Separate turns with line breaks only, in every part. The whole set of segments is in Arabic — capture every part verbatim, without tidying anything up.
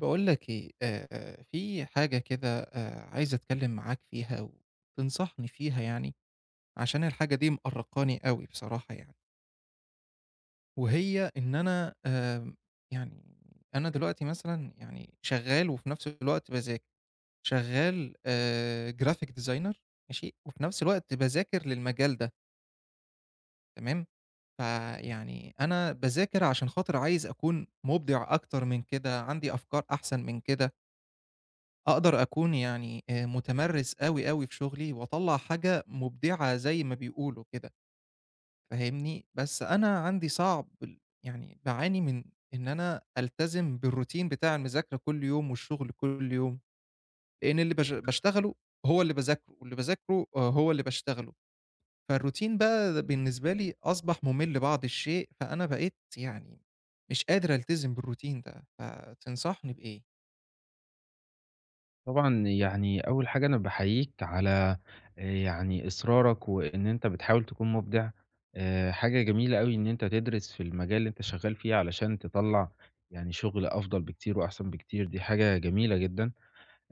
باقول لك إيه، آآ في حاجة كده آآ عايز أتكلّم معاك فيها وتنصحني فيها يعني، عشان الحاجة دي مأرّقاني أوي بصراحة يعني، وهي إن أنا آمم يعني أنا دلوقتي مثلًا يعني شغّال وفي نفس الوقت باذاكر، شغّال آآ graphic designer ماشي، وفي نفس الوقت باذاكر للمجال ده تمام، فيعني أنا باذاكر عشان خاطر عايز أكون مُبدع أكتر من كده، عندي أفكار أحسن من كده. أقدر أكون يعني آآ متمرِّس أوي، أوي في شُغلي وأطلّع حاجة مُبدِعة زي ما بيقولوا كده، فاهمني؟ بس أنا عندي صعب ال يعني باعاني من إن أنا ألتزم بالروتين بتاع المذاكرة كل يوم والشُغل كل يوم، لإن اللي باش باشتغله هو اللي باذاكره واللي باذاكره آآ هو اللي باشتغله، فالروتين بقى ده بالنسبة لي أصبح مُمِل بعض الشيء، فأنا بقيت يعني مش قادر ألتزم بالروتين ده، فتنصحني بإيه؟
طبعًا يعني أول حاجة أنا باحييك على آآ يعني إصرارك وإن أنت بتحاول تكون مُبدع، آآ حاجة جميلة أوي إن أنت تدرس في المجال اللي أنت شغال فيه علشان تطلّع يعني شغل أفضل بكتير وأحسن بكتير، دي حاجة جميلة جدًا.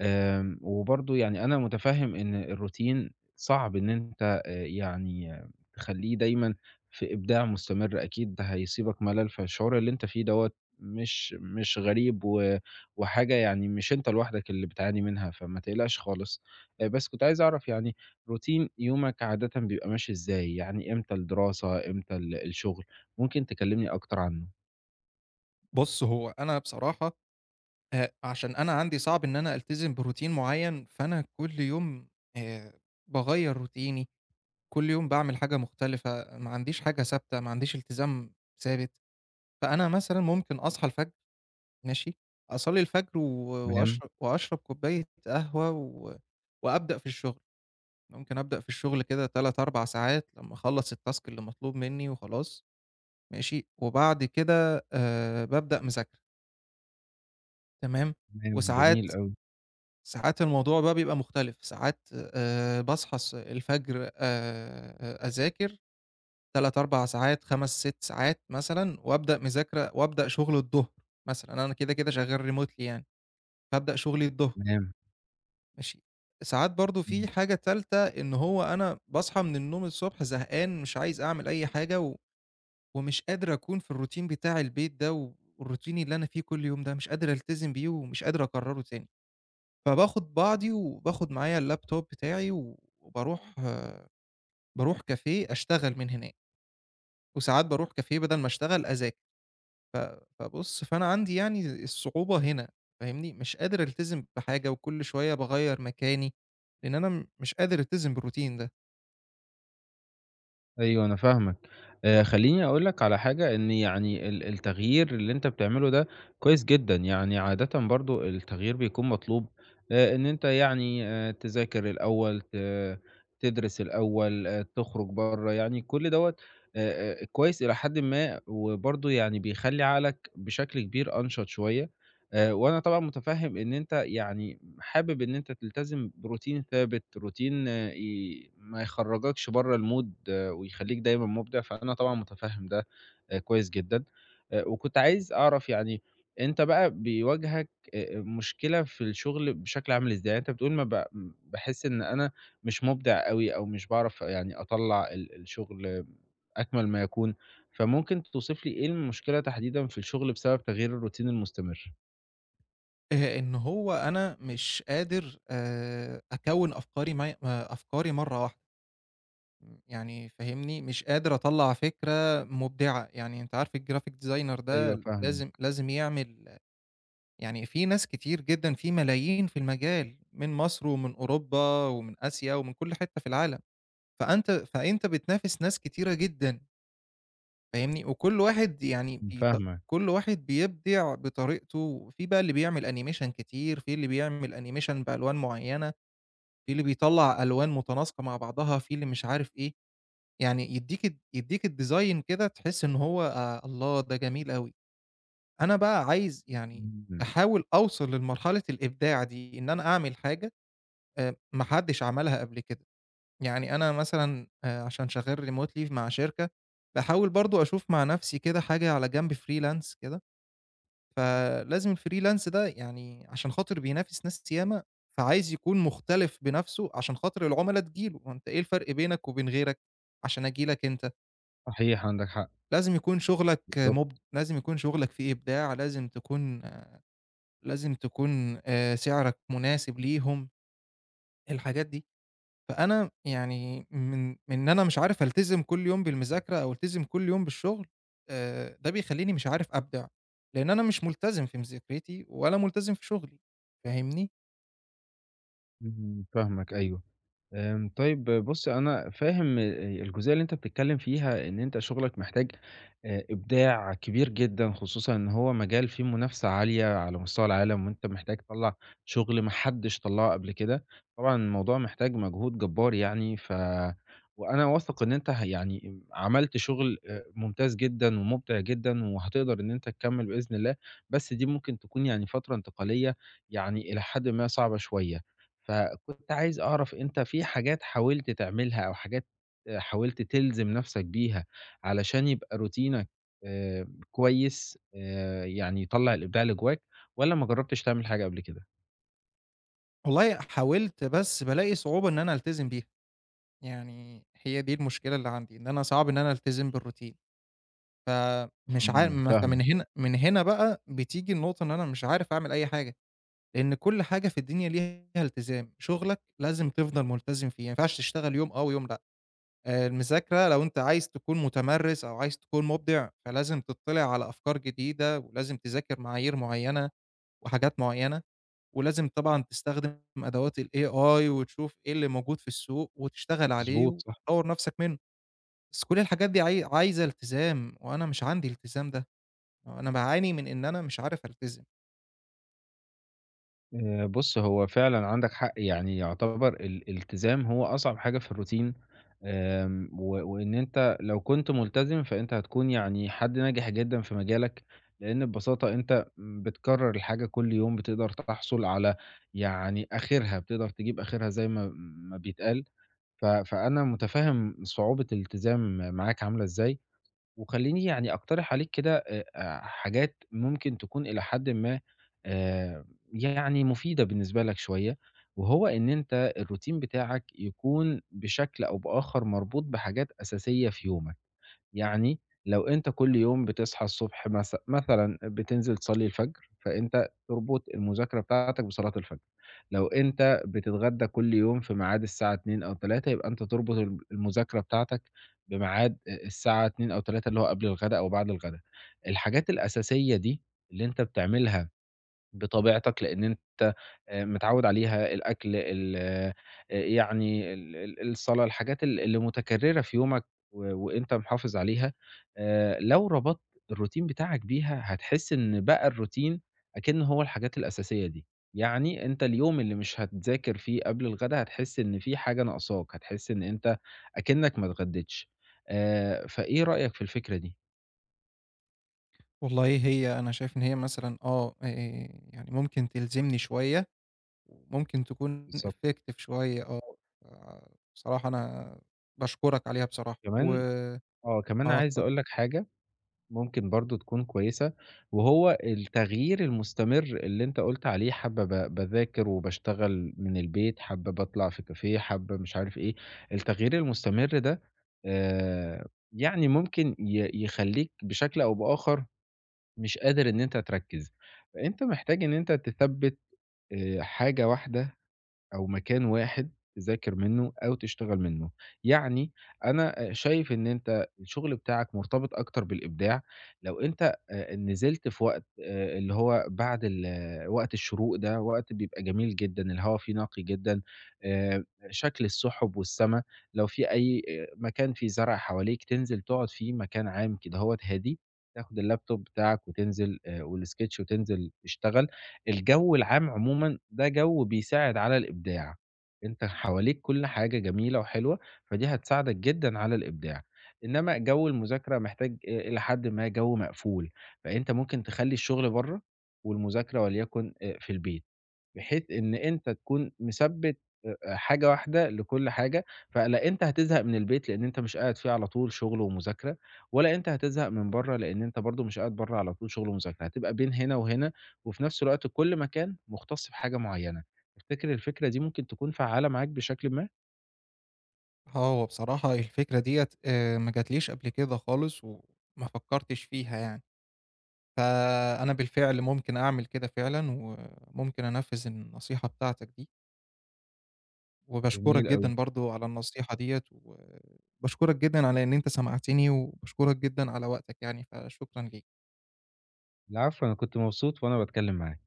آمم، وبرضه يعني أنا متفهم إن الروتين صعب إن أنت آآ، يعني آه، تخلّيه دايمًا في إبداع مستمر، أكيد ده هيصيبك ملل، فالشعور اللي أنت فيه دوّة مش مش غريب و وحاجة يعني مش أنت لوحدك اللي بتعاني منها، فما تقلقش خالص. آآ، بس كنت عايز أعرف يعني روتين يومك عادةً بيبقى ماشي إزاي؟ يعني إمتى الدراسة، إمتى ال الشغل؟ ممكن تكلمني أكتر عنه؟
بُص، هو أنا بصراحة آآ، عشان أنا عندي صعب إن أنا ألتزم بروتين معيّن، فأنا كل يوم آآ، باغيّر روتيني، كل يوم باعمل حاجة مختلفة، ما عنديش حاجة ثابتة، ما عنديش التزام ثابت. فأنا مثلًا ممكن أصحى الفجر ماشي، أصلّي الفجر و
تمام،
وأشرب وأشرب كوباية قهوة و وأبدأ في الشغل، ممكن أبدأ في الشغل كده تلات، أربع ساعات لمّا أخلّص الtask اللي مطلوب منّي وخلاص ماشي، وبعد كده آآ، بابدأ مذاكرة تمام،
تمام، جميل
وساعات
أوي،
ساعات الموضوع بقى بيبقى مختلف، ساعات آآ باصحى الص الفجر آآ أذاكر ثلاث، أربع ساعات، خمس، ست ساعات مثلًا وأبدأ مذاكرة وأبدأ شغل الضهر مثلًا، أنا كده، كده شغال remotely يعني، فابدأ شغلي الضهر
تمام.
ماشي. ساعات برضه
إمم.
في حاجة تالتة إن هو أنا باصحى من النوم الصبح زهقان مش عايز أعمل أي حاجة و ومش قادر أكون في الروتين بتاع البيت ده والروتين اللي أنا فيه كل يوم ده، مش قادر ألتزم بيه ومش قادر أكرره تاني. فباخد بعضي وباخد معايا اللابتوب بتاعي و وباروح باروح كافيه أشتغل من هناك، وساعات باروح كافيه بدل ما أشتغل أذاكر، فبُص فأنا عندي يعني الصعوبة هنا فاهمني، مش قادر ألتزم بحاجة وكل شوية باغيّر مكاني، لإن أنا م مش قادر ألتزم بالروتين ده،
أيوه أنا فاهمك، آآ خلّيني أقول لك على حاجة إن يعني ال التغيير اللي أنت بتعمله ده كويس جدًا، يعني عادةً برضه التغيير بيكون مطلوب آآ إن أنت يعني آآ تذاكر الأول، ت تدرس الأول، آآ تخرج برّه، يعني كل دوّة آآ آآ كويس إلى حدٍ ما وبرضه يعني بيخلّي عقلك بشكل كبير أنشط شوية، آآ وأنا طبعًا متفهّم إن أنت يعني حابب إن أنت تلتزم بروتين ثابت، روتين آه ي ما يخرّجكش برّه الmood ويخلّيك دايمًا مُبدع، فأنا طبعًا مُتفهِّم ده آآ كويس جدًا. آآ وكنت عايز أعرف يعني أنت بقى بيواجهك آآ مشكلة في الشغل بشكل عامل إزاي؟ يعني أنت بتقول ما ب باحس إن أنا مش مُبدع أوي أو مش باعرف يعني أطلّع ال الشغل أكمل ما يكون، فممكن توصف لي إيه المشكلة تحديدًا في الشغل بسبب تغيير الروتين المستمر؟
آآ إن هو أنا مش قادر آآ أكوّن أفكاري معايا آآ أفكاري مرّة واحدة، م يعني فاهمني، مش قادر أطلّع فكرة مبدعة، يعني أنت عارف الgraphic designer
أيوه
ده لازم
فاهمك،
لازم يعمل يعني في ناس كتير جدًا، في ملايين في المجال، من مصر ومن أوروبا ومن آسيا ومن كل حتّة في العالم، فأنت فأنت بتنافس ناس كتيرة جدًا، فاهمني؟ وكل واحد يعني بيط
فاهمك،
كل واحد بيبدع بطريقته، في بقى اللي بيعمل animation كتير، في اللي بيعمل animation بألوان معيّنة، في اللي بيطلّع ألوان متناسقة مع بعضها، في اللي مش عارف إيه، يعني يدّيك ال يدّيك الdesign كده تحس إن هو آآ الله! ده جميل أوي. أنا بقى عايز يعني
إمم،
أحاول أوصل لمرحلة الإبداع دي، إن أنا أعمل حاجة آآ ما حدش عملها قبل كده، يعني أنا مثلًا آآ عشان شغال remotely مع شركة، باحاول برضه أشوف مع نفسي كده حاجة على جنب freelance كده، فلازم الfreelance ده يعني عشان خاطر بينافس ناس ياما، فعايز يكون مختلف بنفسه عشان خاطر العملا تيجي له، ما أنت إيه الفرق بينك وبين غيرك عشان آجي لك أنت؟
صحيح عندك حق،
لازم يكون شغلك
بالضبط.
مُبدع، لازم يكون شغلك فيه إبداع، لازم تكون لازم تكون آآ سعرك مناسب ليهم، الحاجات دي. فأنا يعني من من إن أنا مش عارف ألتزم كل يوم بالمذاكرة أو ألتزم كل يوم بالشغل، آآ ده بيخلّيني مش عارف أبدع، لإن أنا مش ملتزم في مذاكرتي ولا ملتزم في شغلي، فاهمني؟
إمم، فاهمك أيوه. آمم، طيب بُص أنا فاهم الجزئية اللي أنت بتتكلّم فيها إن أنت شغلك محتاج آآ، إبداع كبير جدًا، خصوصًا إن هو مجال فيه منافسة عالية على مستوى العالم، وأنت محتاج تطلّع شغل ما حدش طلّعه قبل كده. طبعًا الموضوع محتاج مجهود جبار يعني، ف وأنا واثق إن أنت ه يعني عملت شغل آآ، ممتاز جدًا ومُبدع جدًا، وهتقدر إن أنت تكمّل بإذن الله، بس دي ممكن تكون يعني فترة انتقالية يعني إلى حدٍ ما صعبة شوية. فكنت عايز أعرف أنت في حاجات حاولت تعملها أو حاجات آآ حاولت تلزم نَفْسك بيها علشان يبقى روتينك آآ كويس آآ يعني يطلّع الإبداع اللي جواك والّا ما جرّبتش تعمل حاجة قبل كده؟
والله حاولت بس بالاقي صعوبة إن أنا ألتزم بيها، يعني هي دي المشكلة اللي عندي، إن أنا صعب إن أنا ألتزم بالروتين، فمش عار
إمم،
إمم. ما
فاهمك،
فمن هنا من هنا بقى بتيجي النقطة إن أنا مش عارف أعمل أي حاجة. لإن كل حاجة في الدنيا ليها التزام، شغلك لازم تفضل ملتزم فيه، ما ينفعش تشتغل يوم آه ويوم لأ، آآ المذاكرة لو أنت عايز تكون متمرِّس أو عايز تكون مبدع، فلازم تطّلع على أفكار جديدة، ولازم تذاكر معايير معيّنة وحاجات معيّنة، ولازم طبعًا تستخدم أدوات الAI وتشوف إيه اللي موجود في السوق وتشتغل عليه
مضبوط، صح.
وتطوّر نَفْسك منه، بس كل الحاجات دي عاي عايزة التزام وأنا مش عندي الالتزام ده، أنا باعاني من إن أنا مش عارف ألتزم.
آآ بُص، هو فعلًا عندك حق، يعني يعتبر الالتزام هو أصعب حاجة في الروتين، آمم و وإن أنت لو كنت ملتزم فأنت هتكون يعني حد ناجح جدًا في مجالك، لإن ببساطة أنت بتكرّر الحاجة كل يوم، بتقدر تحصل على يعني آخرها، بتقدر تجيب آخرها زي ما ما بيتقال، ف فأنا متفهم صعوبة الالتزام معاك عاملة إزاي. وخلّيني يعني أقترح عليك كده آآ آآ حاجات ممكن تكون إلى حدٍ ما آآ يعني مفيدة بالنسبة لك شوية، وهو إن أنت الروتين بتاعك يكون بشكل أو بآخر مربوط بحاجات أساسية في يومك. يعني لو أنت كل يوم بتصحى الصبح مث مثلًا بتنزل تصلّي الفجر، فأنت تربط المذاكرة بتاعتك بصلاة الفجر. لو أنت بتتغدى كل يوم في ميعاد الساعة اتنين أو الثالثة يبقى أنت تربط الم المذاكرة بتاعتك بميعاد أ الساعة اتنين أو تلاتة اللي هو قبل الغدا أو بعد الغدا. الحاجات الأساسية دي اللي أنت بتعملها بطبيعتك، لإن أنت آآ متعوّد عليها، الأكل ال آآ يعني ال ال الصلاة، الحاجات ال اللي متكررة في يومك و وأنت محافظ عليها، آآ لو ربطت الروتين بتاعك بيها، هتحس إن بقى الروتين أكنه هو الحاجات الأساسية دي، يعني أنت اليوم اللي مش هتذاكر فيه قبل الغدا، هتحس إن في حاجة ناقصاك، هتحس إن أنت أكنك ما اتغديتش، آآ فإيه رأيك في الفكرة دي؟
والله هي أنا شايف إن هي مثلًا آه، آآ يعني ممكن تلزمني شوية، وممكن تكون
بالضبط،
effective شوية آه، فبصراحة أنا باشكرك عليها بصراحة، و
كمان آه، كمان
آه
عايز
اتفضل.
أقول لك حاجة ممكن برضه تكون كويسة، وهو التغيير المستمر اللي أنت قُلت عليه حابة ب باذاكر وباشتغل من البيت، حابة باطلع في كافيه، حابة مش عارف إيه، التغيير المستمر ده آآ، يعني ممكن ي يخلّيك بشكل أو بآخر مش قادر إن أنت تركّز، فأنت محتاج إن أنت تثبّت آآ، حاجة واحدة أو مكان واحد تذاكر منّه أو تشتغل منّه. يعني أنا آآ شايف إن أنت الشغل بتاعك مرتبط أكتر بالإبداع، لو أنت آآ نزلت في وقت آآ اللي هو بعد ال وقت الشروق ده، وقت بيبقى جميل جدًا، الهوا فيه نقي جدًا، آآ شكل السُحُب والسما، لو في أي آآ مكان فيه زرع حواليك تنزل تقعد فيه، مكان عام كدهوّة هادي، تاخد اللاب توب بتاعك وتنزل آآ والsketch وتنزل تشتغل. الجو العام عمومًا ده جو بيساعد على الإبداع، أنت حواليك كل حاجة جميلة وحلوة، فدي هتساعدك جدًا على الإبداع، إنما جو المذاكرة محتاج آآ إلى حدٍ ما جو مقفول، فأنت ممكن تخلّي الشغل برّه والمذاكرة وليكن آآ في البيت. بحيث إن أنت تكون مثبّت أ أ حاجة واحدة لكل حاجة، فلا أنت هتزهق من البيت لإن أنت مش قاعد فيه على طول شغل ومذاكرة، ولا أنت هتزهق من برّه لإن أنت برضه مش قاعد برّه على طول شغل ومذاكرة، هتبقى بين هنا وهنا، وفي نفس الوقت كل مكان مختص بحاجة معيّنة. تفتكر الفكرة دي ممكن تكون فعّالة معاك بشكل ما؟
آه، هو بصراحة الفكرة ديّة آآ ما جاتليش قبل كده خالص، وما فكرتش فيها يعني، فأنا بالفعل ممكن أعمل كده فعلًا، وممكن أنفذ النصيحة بتاعتك دي. وباشكرك
جميل أوي.
جدًا برضه على النصيحة ديّة، وباشكرك جدًا على إن أنت سمعتني، وباشكرك جدًا على وقتك يعني، فشكرًا ليك.
العفو، أنا كنت مبسوط وأنا باتكلّم معاك.